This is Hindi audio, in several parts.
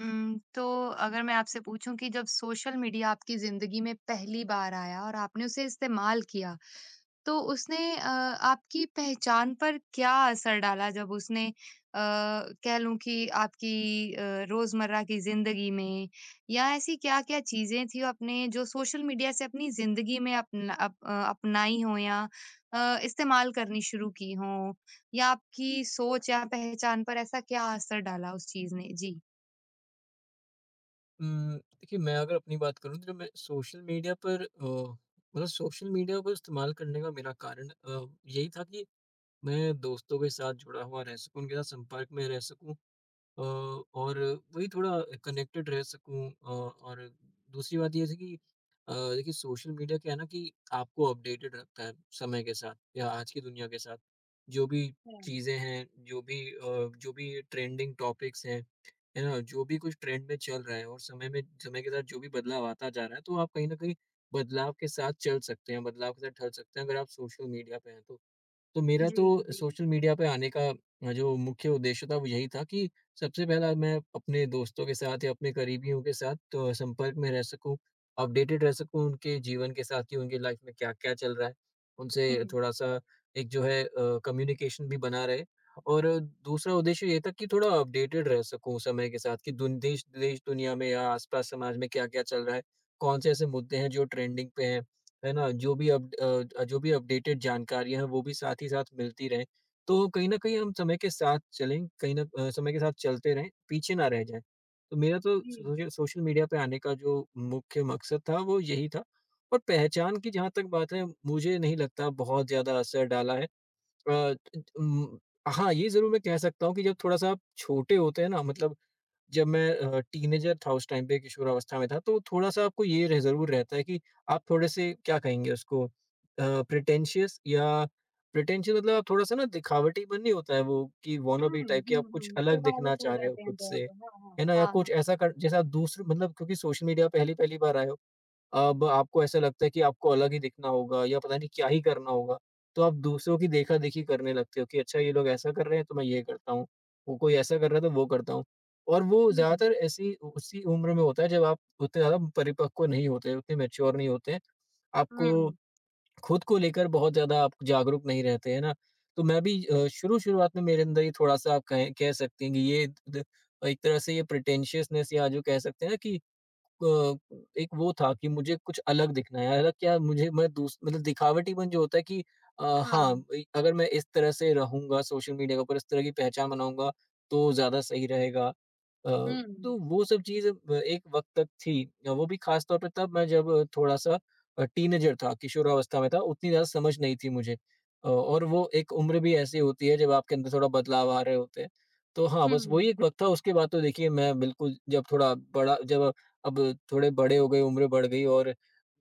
तो अगर मैं आपसे पूछूँ कि जब सोशल मीडिया आपकी ज़िंदगी में पहली बार आया और आपने उसे इस्तेमाल किया, तो उसने आपकी पहचान पर क्या असर डाला? जब उसने कह लूँ कि आपकी रोज़मर्रा की ज़िंदगी में या ऐसी क्या-क्या चीज़ें थी आपने जो सोशल मीडिया से अपनी ज़िंदगी में अपनाई हो या इस्तेमाल करनी शुरू की हो या आपकी सोच या पहचान पर ऐसा क्या असर डाला उस चीज़ ने? जी। उम, देखिए मैं अगर अपनी बात करूँ तो मैं सोशल मीडिया पर मतलब सोशल मीडिया को इस्तेमाल करने का मेरा कारण यही था कि मैं दोस्तों के साथ जुड़ा हुआ रह सकूँ, उनके साथ संपर्क में रह सकूँ अ, और वही थोड़ा कनेक्टेड रह सकूँ और दूसरी बात ये थी कि देखिए सोशल मीडिया क्या है ना कि आपको अपडेटेड रखता है समय के साथ या आज की दुनिया के साथ। जो भी चीज़ें हैं, जो भी ट्रेंडिंग टॉपिक्स हैं, है ना? जो भी कुछ ट्रेंड में चल रहा है और समय में समय के साथ जो भी बदलाव आता जा रहा है, तो आप कहीं न कहीं बदलाव के साथ चल सकते हैं, बदलाव के साथ ढल सकते हैं अगर आप सोशल मीडिया पे हैं तो। तो मेरा जी, तो जी। सोशल मीडिया पे आने का जो मुख्य उद्देश्य था वो यही था कि सबसे पहला मैं अपने दोस्तों के साथ या अपने करीबियों के साथ संपर्क में रह सकूं, अपडेटेड रह सकूं उनके जीवन के साथ कि उनकी लाइफ में क्या-क्या चल रहा है। उनसे हुँ, थोड़ा सा एक जो है कम्युनिकेशन भी बना रहे और दूसरा उद्देश्य ये था कि थोड़ा अपडेटेड रह सकूं समय के साथ कि दुन देश देश दुनिया में या आस-पास समाज में क्या-क्या चल रहा है, कौन से ऐसे मुद्दे हैं जो ट्रेंडिंग पे हैं। है ना? जो भी अपडेटेड जानकारियाँ हैं, वो भी साथ ही साथ मिलती रहें। तो कहीं न कहीं हम समय के साथ चलें, कहीं न अ, समय के साथ चलते रहें, पीछे ना रह जाएँ। तो मेरा तो जी। सोशल सोशल मीडिया पे आने का जो मुख्य मकसद था, वो यही था और पहचान की जहाँ तक बात है, मुझे नहीं लगता बहुत ज़्यादा असर डाला है। अ, त उम, हाँ, ये ज़रूर मैं कह सकता हूँ कि जब थोड़ा-सा आप छोटे होते हैं ना, मतलब जब मैं टीनेजर था उस टाइम पे किशोरावस्था में था, तो थोड़ा-सा आपको ये रह ज़रूर रहता है कि आप थोड़े से क्या कहेंगे उसको प्रिटेंशियस या प्रिटेंशियस मतलब आप थोड़ा-सा ना दिखावटीपन नहीं होता है वो कि हुँ, वॉनाबी टाइप कि हुँ, आप कुछ हुँ, अलग प्रभावित दिखना हो चाह रहे हो जाते हैं खुद से, जॉब। हाँ, हाँ। है ना? या हाँ, हाँ। कुछ ऐसा कर जैसा आप दूसरे मतलब क्योंकि सोशल मीडिया पहली-पहली बार आए हो, अब आपको ऐसा लगता है कि आपको अलग ही दिखना होगा या पता नहीं क्या ही करना होगा, तो आप दूसरों की देखा-देखी करने लगते हो कि अच्छा ये लोग ऐसा कर रहे हैं तो मैं ये करता हूँ, वो कोई ऐसा कर रहा है तो वो करता हूँ। और वो हुँ, हुँ, ज़्यादातर ऐसी उ उसी उम्र में होता है जब आप उतने ज़्यादा परिपक्व नहीं होते, उतने मैच्योर नहीं होते हैं। आपको खुद को लेकर बहुत ज़्यादा आप जागरूक नहीं रहते, है ना? तो मैं भी शुरू-शुरुआत में मेरे अंदर ये थोड़ा-सा आप कहें कह सकते हैं कि ये द एक तरह से ये प्रिटेंशियसनेस या जो कह सकते हैं ना कि अ, एक वो था कि मुझे कुछ अलग दिखना है। अलग क्या मुझे मैं दूस मतलब दिखावटीपन जो होता है कि हाँ, हाँ, इ अगर मैं इस तरह से रहूँगा सोशल मीडिया के ऊपर, इस तरह की पहचान बनाऊँगा तो ज़्यादा सही रहेगा। हुँ, तो वो सब चीज़ ब एक वक़्त तक थी। वो भी ख़ास तौर पे तब मैं जब थोड़ा-सा टीनेजर था, किशोरावस्था में था, उतनी ज़्यादा समझ नहीं थी मुझे। और वो एक उम्र भी ऐसी होती है जब आपके अंदर थोड़ा बदलाव आ रहे होते हैं। तो हाँ, बस हुँ, वही एक वक़्त था, उसके बाद तो देखिए मैं बिल्कुल जब थोड़ा बड़ा जब अब थोड़े बड़े हो गए, उम्र बढ़ गई और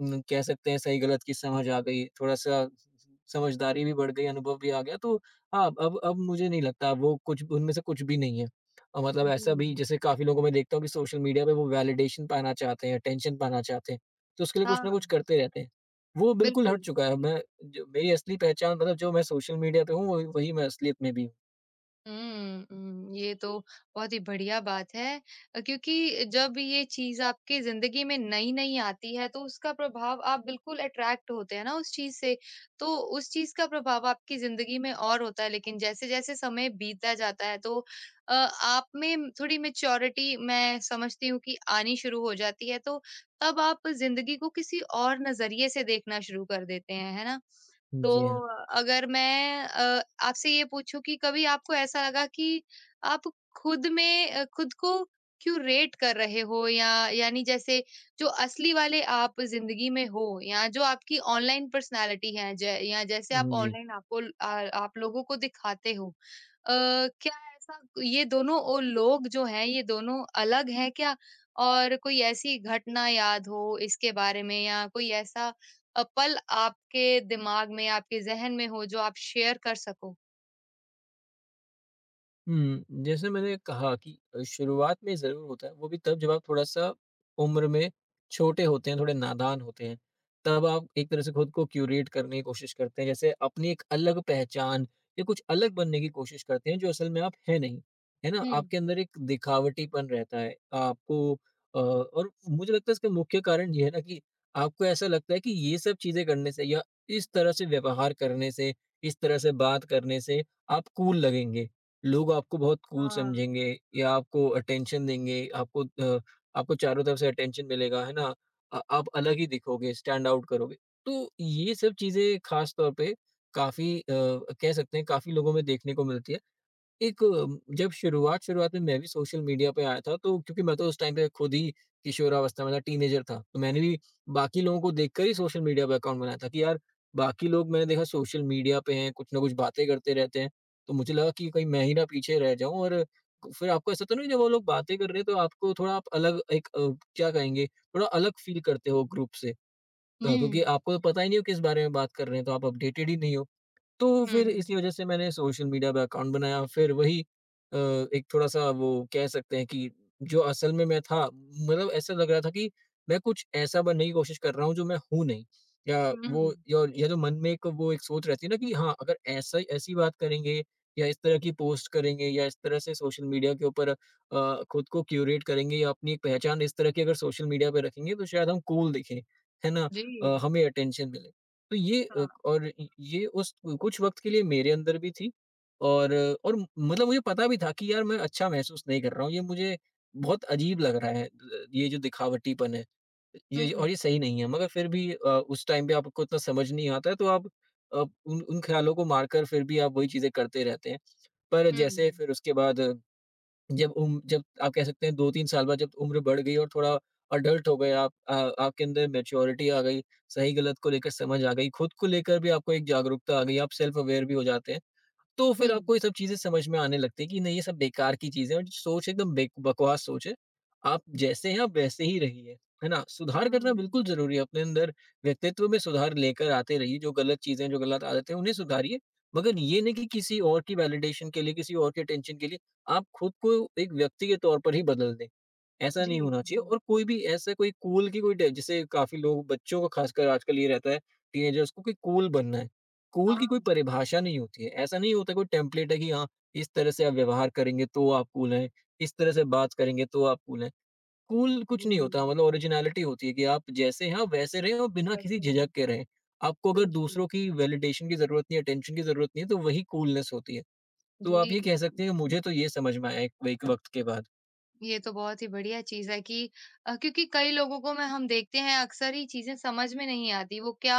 कह सकते हैं सही-गलत की समझ आ गई, थोड़ा-सा समझदारी भी बढ़ गई, अनुभव भी आ गया, तो हाँ, अब मुझे नहीं लगता वो कुछ उनमें से कुछ भी नहीं है। मतलब जी। ऐसा भी जैसे काफ़ी लोगों को मैं देखता हूँ कि सोशल मीडिया पे वो वैलिडेशन पाना चाहते हैं, अटेंशन पाना चाहते हैं, तो उसके लिए कुछ हाँ, ना कुछ करते रहते हैं। वो बिल्कुल हट बिल्कुल। चुका है, मैं जो मेरी असली पहचान मतलब जो मैं सोशल मीडिया पे हूँ, वही वही मैं असलियत में भी हूँ। हुँ, हुँ, ये तो बहुत ही बढ़िया बात है। क्योंकि जब ये चीज़ आपकी ज़िंदगी में नई-नई आती है, तो उसका प्रभाव, आप बिल्कुल अट्रैक्ट होते हैं ना उस चीज़ से, तो उस चीज़ का प्रभाव आपकी ज़िंदगी में और होता है। लेकिन जैसे-जैसे समय बीतता जाता है, तो आप में थोड़ी मैच्योरिटी मैं समझती हूँ कि आनी शुरू हो जाती है, तो तब आप ज़िंदगी को किसी और नज़रिए से देखना शुरू कर देते हैं, है ना? जी हाँ, तो अगर मैं आपसे ये पूछूँ कि कभी आपको ऐसा लगा कि आप खुद में खुद को क्यों रेट कर रहे हो, या यानी जैसे जो असली वाले आप ज़िंदगी में हो या जो आपकी ऑनलाइन पर्सनैलिटी है, जै या जैसे आप हुँ, जी। ऑनलाइन आपको ल आ आप लोगों को दिखाते हो। क्या ऐसा, ये दोनों ओ लोग जो हैं, ये दोनों अलग हैं क्या? और कोई ऐसी घटना याद हो इसके बारे में, या कोई ऐसा पल आपके दिमाग में, आपके ज़हन में हो जो आप शेयर कर सको? हुँ, जैसे मैंने कहा कि शुरुआत में ज़रूर होता है, वो भी तब जब आप थोड़ा-सा उम्र में छोटे होते हैं, थोड़े नादान होते हैं। तब आप एक तरह से खुद को क्यूरेट करने की कोशिश करते हैं, जैसे अपनी एक अलग पहचान या कुछ अलग बनने की कोशिश करते हैं, जो असल में आप हैं नहीं, है ना? हुँ। आपके अंदर एक दिखावटीपन रहता है, आपको और मुझे लगता है इसका मुख्य कारण ये है ना कि आपको ऐसा लगता है कि ये सब चीज़ें करने से या इस तरह से व्यवहार करने से, इस तरह से बात करने से आप कूल लगेंगे। लोग आपको बहुत कूल हाँ। समझेंगे या आपको अटेंशन देंगे, आपको आपको चारों तरफ से अटेंशन मिलेगा, है ना? आप अलग ही दिखोगे, स्टैंड आउट करोगे। तो ये सब चीज़ें ख़ास तौर पे काफ़ी कह सकते हैं काफ़ी लोगों में देखने को मिलती है। एक जब शुरुआत शुरुआत में मैं भी सोशल मीडिया पे आया था, तो क्योंकि मैं तो उस टाइम पे खुद ही किशोरावस्था में था, टीनेजर था। तो मैंने भी बाकी लोगों को देखकर ही सोशल मीडिया पे अकाउंट बनाया था कि यार, बाकी लोग मैंने देखा सोशल मीडिया पे हैं, कुछ ना कुछ बातें करते रहते हैं। तो मुझे लगा कि कहीं मैं ही ना पीछे रह जाऊँ और फिर आपको ऐसा तो नहीं जब वो लोग बातें कर रहे हैं, तो आपको थोड़ा आप अलग एक क्या कहेंगे, थोड़ा अलग फ़ील करते हो ग्रुप से। हुँ। क्योंकि आपको तो पता ही नहीं हो किस बारे में बात कर रहे हैं, तो आप अपडेटेड ही नहीं हो। तो हुँ, फिर इसी वजह से मैंने सोशल मीडिया पे अकाउंट बनाया फिर वही एक थोड़ा-सा वो कह सकते हैं कि जो असल में मैं था मतलब ऐसा लग रहा था कि मैं कुछ ऐसा बनने की कोशिश कर रहा हूँ जो मैं हूँ नहीं। या वो हुँ, या जो मन में एक वो एक सोच रहती है ना कि हाँ, अगर ऐसा ऐसी बात करेंगे या इस तरह की पोस्ट करेंगे या इस तरह से सोशल मीडिया के ऊपर खुद को क्यूरेट करेंगे या अपनी एक पहचान इस तरह की अगर सोशल मीडिया पे रखेंगे तो शायद हम कूल दिखें, है ना? जी, हमें अटेंशन मिले। तो ये हाँ, और य ये उस कुछ वक़्त के लिए मेरे अंदर भी थी और मतलब मुझे पता भी था कि यार मैं अच्छा महसूस नहीं कर रहा हूँ, ये मुझे बहुत अजीब लग रहा है ये जो दिखावटीपन है। ये हुँ, और ये सही नहीं है मगर फिर भी उस टाइम पे आपको इतना समझ नहीं आता है तो आप उन उन ख़्यालों को मारकर फिर भी आप वही चीज़ें करते रहते हैं। पर जैसे हुँ, फिर उसके बाद जब आप कह सकते हैं 2-3 साल बाद जब उम्र बढ़ गई और थोड़ा अडल्ट हो गए आप आपके अंदर मैच्योरिटी आ गई, सही-गलत को लेकर समझ आ गई, खुद को लेकर भी आपको एक जागरूकता आ गई, आप सेल्फ अवेयर भी हो जाते हैं। तो हुँ, फिर आपको ये सब चीज़ें समझ में आने लगती हैं कि नहीं ये सब बेकार की चीज़ें हैं और सोच एकदम बेक बकवास सोच है। आप जैसे हैं आप वैसे ही रहिए, है ना? सुधार करना हुँ, बिल्कुल ज़रूरी है, अपने अंदर व्यक्तित्व में सुधार लेकर आते रहिए, जो गलत चीज़ें हैं, जो गलत आदतें हैं उन्हें सुधारिए। मगर ये नहीं कि किसी और की वैलिडेशन के लिए, किसी और के अटेंशन के लिए आप खुद को एक व्यक्ति के तौर पर ही बदल दें। ऐसा जी, नहीं होना जी, चाहिए और कोई भी ऐसा कोई कूल की कोई ड जैसे काफ़ी लोग बच्चों को खासकर आजकल ये रहता है टीनेजर्स को कि कूल बनना है। कूल की कोई हाँ, परिभाषा नहीं होती है। ऐसा नहीं होता कोई टेम्पलेट है कि हाँ, इस तरह से आप व्यवहार करेंगे तो आप कूल हैं, इस तरह से बात करेंगे तो आप कूल हैं। कूल कुछ नहीं होता जी, मतलब ओरिजिनैलिटी होती है कि आप जैसे हैं आप वैसे रहें और बिना किसी वैसे झिझक के रहें। आपको अगर बिल्कुल, दूसरों की वैलिडेशन की ज़रूरत नहीं है, अटेंशन की ज़रूरत नहीं है तो वही कूलनेस होती है। तो जी। आप ये कह सकते हैं कि मुझे तो ये समझ में आया एक एक वक़्त के बाद। ये तो बहुत ही बढ़िया चीज़ है कि क्योंकि कई लोगों को मैं हम देखते हैं, अक्सर ही चीज़ें समझ में नहीं आती। वो क्या,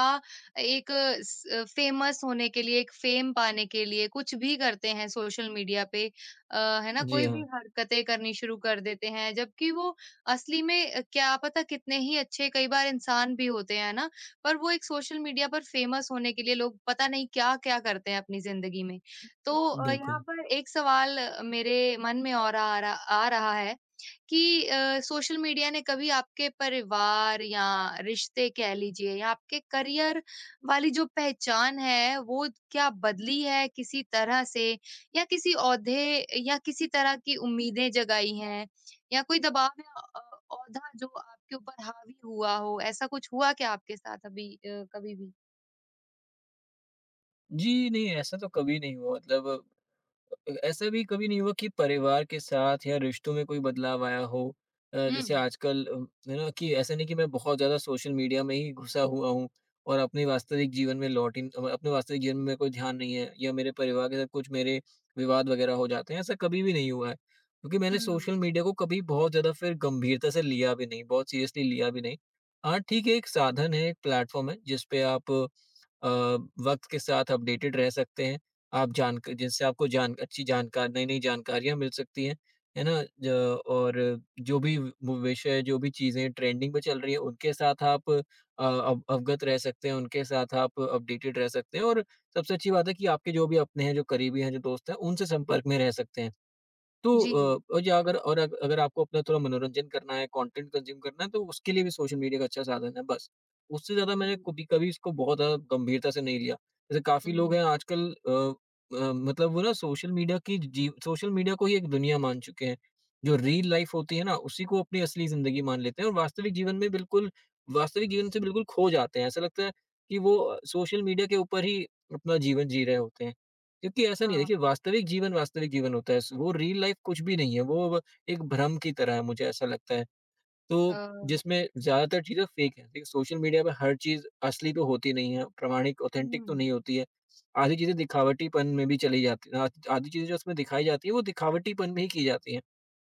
एक स फ़ेमस होने के लिए, एक फ़ेम पाने के लिए कुछ भी करते हैं सोशल मीडिया पे। अ, है ना? जी कोई भी हाँ, हरकतें करनी शुरू कर देते हैं, जबकि वो असली में क्या पता कितने ही अच्छे कई बार इंसान भी होते हैं ना? पर वो एक सोशल मीडिया पर फ़ेमस होने के लिए लोग पता नहीं क्या-क्या करते हैं अपनी ज़िंदगी में। तो यहाँ बिल्कुल। पर एक सवाल मेरे मन में और आ रहा है कि सोशल मीडिया ने कभी आपके परिवार या रिश्ते कह लीजिए, या आपके करियर वाली जो पहचान है वो क्या बदली है किसी तरह से, या किसी ओहदे या किसी तरह की उम्मीदें जगाई हैं, या कोई दबाव या ओहदा जो आपके ऊपर हावी हुआ हो, ऐसा कुछ हुआ क्या आपके साथ अभी कभी भी? जी नहीं, ऐसा तो कभी नहीं हुआ मतलब ऐसा भी कभी नहीं हुआ कि परिवार के साथ या रिश्तों में कोई बदलाव आया हो? हुँ, जैसे आजकल है ना कि ऐसा नहीं कि मैं बहुत ज़्यादा सोशल मीडिया में ही घुसा हुआ हूँ और अपने वास्तविक जीवन में मेरा कोई ध्यान नहीं है या मेरे परिवार के साथ कुछ मेरे विवाद वगैरह हो जाते हैं, ऐसा कभी भी नहीं हुआ है। क्योंकि मैंने सोशल हुँ। मीडिया को कभी बहुत ज़्यादा फिर गंभीरता से लिया भी नहीं, बहुत सीरियसली लिया भी नहीं। हाँ, ठीक है, एक साधन है, एक प्लेटफ़ॉर्म है, जिस पे आप अ, वक़्त के साथ अपडेटेड रह सकते हैं। आप जानक जिससे आपको जान अच्छी जानकार नई-नई जानकारियाँ मिल सकती हैं, है ना? ज और जो भी व विषय, जो भी चीज़ें ट्रेंडिंग में चल रही हैं, उनके साथ आप अ, अव अवगत रह सकते हैं, उनके साथ आप अपडेटेड रह सकते हैं और सबसे अच्छी बात है कि आपके जो भी अपने हैं, जो करीबी हैं, जो दोस्त हैं, उनसे संपर्क में रह सकते हैं। तो जी, और या अगर और अग अगर आपको अपना थोड़ा मनोरंजन करना है, कंटेंट कंज़्यूम करना है, तो उसके लिए भी सोशल मीडिया का अच्छा साधन है, बस। उससे ज़्यादा मैंने जी, कभी कभी इसको बहुत ज़्यादा गंभीरता से नहीं लिया। जैसे काफ़ी लोग हैं हुँ। आजकल मतलब वो ना सोशल मीडिया को ही एक दुनिया मान चुके हैं। जो रियल लाइफ़ होती है ना, उसी को अपनी असली ज़िंदगी मान लेते हैं और वास्तविक जीवन से बिल्कुल खो जाते हैं। ऐसा लगता है कि वो सोशल मीडिया के ऊपर ही अपना जीवन जी रहे होते हैं। क्योंकि ऐसा नहीं है, हाँ, देखिए, वास्तविक जीवन होता है। स वो रियल लाइफ़ कुछ भी नहीं है, वो एक भ्रम की तरह है मुझे ऐसा लगता है। तो अ, जिसमें ज़्यादातर चीज़ें फ़ेक हैं। देखिए, सोशल मीडिया पे हर चीज़ असली तो होती नहीं है, प्रामाणिक ऑथेंटिक तो हुँ। नहीं होती है। आधी चीज़ें दिखावटीपन में भी चली जाती हैं। आध आधी चीज़ें जो उसमें दिखाई जाती हैं वो दिखावटीपन में ही की जाती हैं।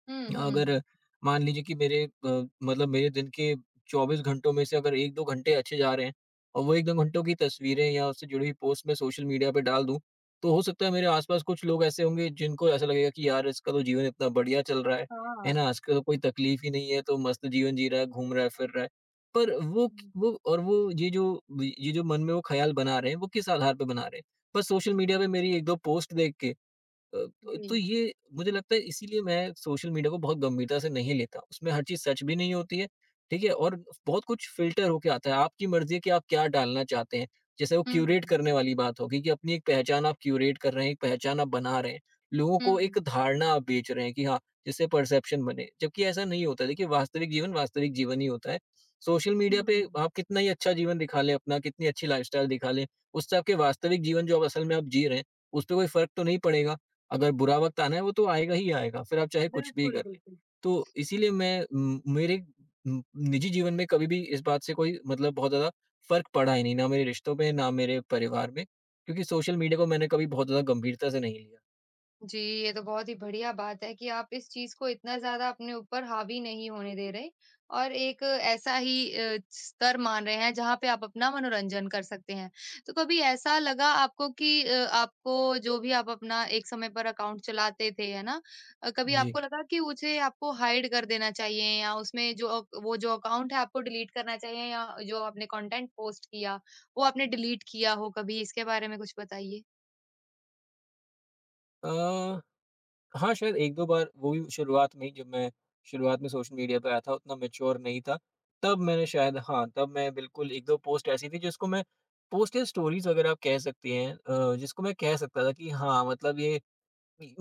हुँ, अगर हुँ। मान लीजिए कि मतलब मेरे दिन के 24 घंटों में से अगर 1-2 घंटे अच्छे जा रहे हैं और वो 1-2 घंटों की तस्वीरें या उससे जुड़ी हुई पोस्ट मैं सोशल मीडिया पे डाल दूँ, तो हो सकता है मेरे आस-पास कुछ लोग ऐसे होंगे जिनको ऐसा लगेगा कि यार इसका तो जीवन इतना बढ़िया चल रहा हाँ, है ना? इसका तो कोई तकलीफ ही नहीं है, तो मस्त जीवन जी रहा है, घूम रहा है, फिर रहा है। पर वो क हुँ, वो और वो ये जो मन में वो ख़्याल बना रहे हैं, वो किस आधार पे बना रहे हैं? बस सोशल मीडिया पे हुँ, मेरी 1-2 पोस्ट देख के। तो जी। तो ये मुझे लगता है इसीलिए मैं सोशल मीडिया को बहुत गंभीरता से नहीं लेता। उसमें हर चीज़ सच भी नहीं होती है, ठीक है? और बहुत कुछ फ़िल्टर होके आता है, आपकी मर्ज़ी है कि आप क्या डालना चाहते हैं। जैसे वो हुँ, क्यूरेट करने वाली बात होगी कि अपनी एक पहचान आप क्यूरेट कर रहे हैं, एक पहचान आप बना रहे हैं। लोगों हुँ, को एक धारणा आप बेच रहे हैं कि हाँ, जिससे परसेप्शन बने, जबकि ऐसा नहीं होता है। देखिए, वास्तविक जीवन ही होता है। सोशल मीडिया पे हुँ। आप कितना ही अच्छा जीवन दिखा लें अपना, कितनी अच्छी लाइफ़स्टाइल दिखा लें, उससे आपके वास्तविक जीवन जो आप असल में आप जी रहे हैं, उसपे कोई फ़र्क तो नहीं पड़ेगा। अगर बुरा वक़्त आना है वो तो आएगा ही आएगा, फिर आप चाहे कुछ भी बिल्कुल, कर लें। बिल्कुल। तो इसीलिए मैं मेरे उम, निजी जीवन में कभी भी इस बात से कोई मतलब बहुत ज़्यादा फ़र्क पड़ा ही नहीं, ना मेरे रिश्तों में, ना मेरे परिवार में, क्योंकि सोशल मीडिया को मैंने कभी बहुत ज़्यादा गंभीरता से नहीं लिया। जी, ये तो बहुत ही बढ़िया बात है कि आप इस चीज़ को इतना ज़्यादा अपने ऊपर हावी नहीं होने दे रहे, और एक ऐसा ही स्तर मान रहे हैं जहाँ पे आप अपना मनोरंजन कर सकते हैं। तो कभी ऐसा लगा आपको कि आपको जो भी आप अपना, एक समय पर अकाउंट चलाते थे, है ना? कभी जी। आपको लगा कि उसे आपको हाइड कर देना चाहिए, या उसमें जो वो जो अकाउंट है आपको डिलीट करना चाहिए, या जो आपने कंटेंट पोस्ट किया, वो आपने डिलीट किया हो कभी? इसके बारे में कुछ बताइए। अ, हाँ, शायद 1-2 बार वो भी शुरुआत में ही जब मैं शुरुआत में सोशल मीडिया पे आया था उतना मैच्योर नहीं था, तब मैंने शायद हाँ, तब मैं बिल्कुल 1-2 पोस्ट ऐसी थी जिसको मैं पोस्ट या स्टोरीज़ वगैरह आप कह सकती हैं, जिसको मैं कह सकता था कि हाँ, मतलब ये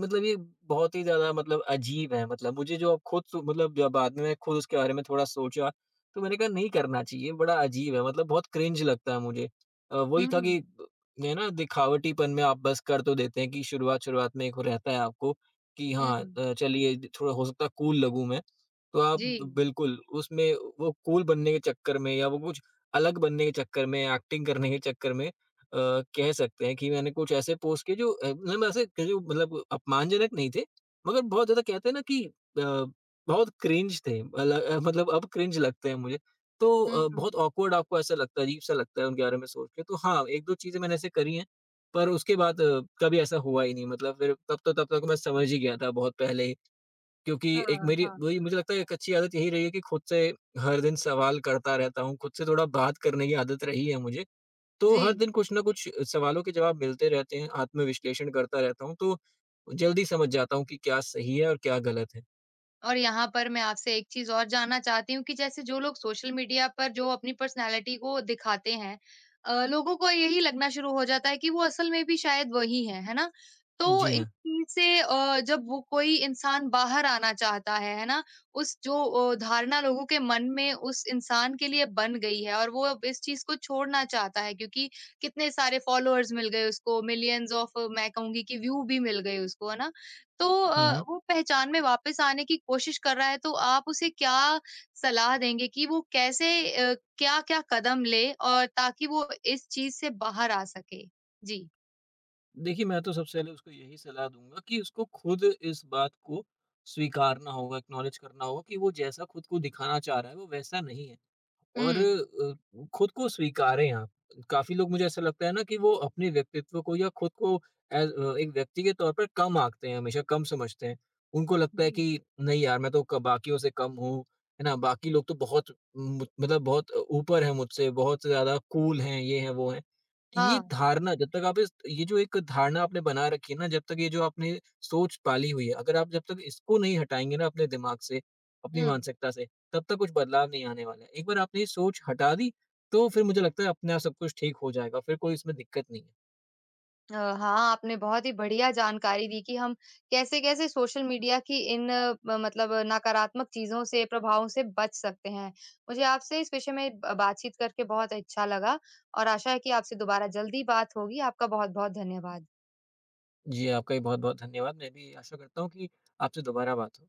मतलब ये बहुत ही ज़्यादा मतलब अजीब है, मतलब मुझे जो अब खुद सो मतलब जब बाद में मैं खुद उसके बारे में थोड़ा सोचा, तो मैंने कहा नहीं करना चाहिए, बड़ा अजीब है मतलब बहुत क्रिंज लगता है मुझे। हुँ, वही था हुँ। कि ब ये ना दिखावटीपन में आप बस कर तो देते हैं कि शुरुआत-शुरुआत में एक रहता है आपको कि हाँ चलिए थोड़ा हो सकता है कूल लगूँ मैं, तो आप जी। ब बिल्कुल उसमें वो कूल बनने के चक्कर में या वो कुछ अलग बनने के चक्कर में, एक्टिंग करने के चक्कर में, अ, कह सकते हैं कि मैंने कुछ ऐसे पोस्ट किए जो मतलब ऐसे क जो मतलब अपमानजनक नहीं थे, मगर बहुत ज़्यादा कहते हैं ना कि बहुत क्रिंज थे। मतलब अब क्रिंज लगते हैं मुझे। तो बहुत हुँ। ऑकवर्ड आपको ऐसा लगता है, अजीब-सा लगता है उनके बारे में सोच के। तो हाँ, 1-2 चीज़ें मैंने ऐसे करी हैं, पर उसके बाद कभी ऐसा हुआ ही नहीं। मतलब फिर तब तक मैं समझ ही गया था बहुत पहले ही, क्योंकि एक हाँ, मेरी हाँ। वही मुझे लगता है एक अच्छी आदत यही रही है कि खुद से हर दिन सवाल करता रहता हूँ, खुद से थोड़ा बात करने की आदत रही है मुझे। तो हर जी, दिन कुछ ना कुछ सवालों के जवाब मिलते रहते हैं, आत्मविश्लेषण करता रहता हूँ, तो जल्दी समझ जाता हूँ कि क्या सही है और क्या गलत है। और यहाँ पर मैं आपसे एक चीज़ और जानना चाहती हूँ कि जैसे जो लोग सोशल मीडिया पर जो अपनी पर्सनैलिटी को दिखाते हैं, लोगों को यही लगना शुरू हो जाता है कि वो असल में भी शायद वही हैं, है ना? तो जी इस हाँ। चीज़ से जब वो कोई इंसान बाहर आना चाहता है ना? उस जो धारणा लोगों के मन में उस इंसान के लिए बन गई है, और वो अब इस चीज़ को छोड़ना चाहता है क्योंकि कितने सारे फ़ॉलोअर्स मिल गए उसको, मिलियंस ऑफ, मैं कहूँगी कि व्यू भी मिल गए उसको, है ना? तो हुँ, हुँ। वो पहचान में वापस आने की कोशिश कर रहा है, तो आप उसे क्या सलाह देंगे कि वो कैसे, क्या-क्या कदम ले, और ताकि वो इस चीज़ से बाहर आ सके? जी। देखिए, मैं तो सबसे पहले उसको यही सलाह दूँगा कि उसको खुद इस बात को स्वीकारना होगा, एक्नॉलेज करना होगा कि वो जैसा खुद को दिखाना चाह रहा है, वो वैसा नहीं है। और हुँ। खुद को स्वीकारें आप। काफ़ी लोग मुझे ऐसा लगता है ना कि वो अपने व्यक्तित्व को या खुद को एक व्यक्ति के तौर पर कम आँकते हैं, हमेशा कम समझते हैं। उनको लगता जी। है कि नहीं यार मैं तो क बाकियों से कम हूँ, है ना? बाकी लोग तो बहुत मु मतलब बहुत ऊपर हैं मुझसे, बहुत ज़्यादा कूल हैं, ये हैं, वो हैं। तो ये हाँ। धारणा जब तक आप इस ये जो एक धारणा आपने बना रखी है ना, जब तक ये जो आपने सोच पाली हुई है, अगर आप जब तक इसको नहीं हटाएँगे ना अपने दिमाग से, अपनी हुँ। मानसिकता से तब तक कुछ बदलाव नहीं आने वाला है। एक बार आपने ये सोच हटा दी, तो फिर मुझे लगता है अपने आप सब कुछ ठीक हो जाएगा, फिर कोई इसमें दिक्कत नहीं है। अ, हाँ, आपने बहुत ही बढ़िया जानकारी दी कि हम कैसे-कैसे सोशल मीडिया की इन म मतलब नकारात्मक चीज़ों से, प्रभावों से बच सकते हैं। मुझे आपसे इस विषय में ब बातचीत करके बहुत अच्छा लगा, और आशा है कि आपसे दोबारा जल्दी बात होगी। आपका बहुत-बहुत धन्यवाद। जी, आपका भी बहुत-बहुत धन्यवाद। मैं भी आशा करता हूँ कि आपसे दोबारा बात हो।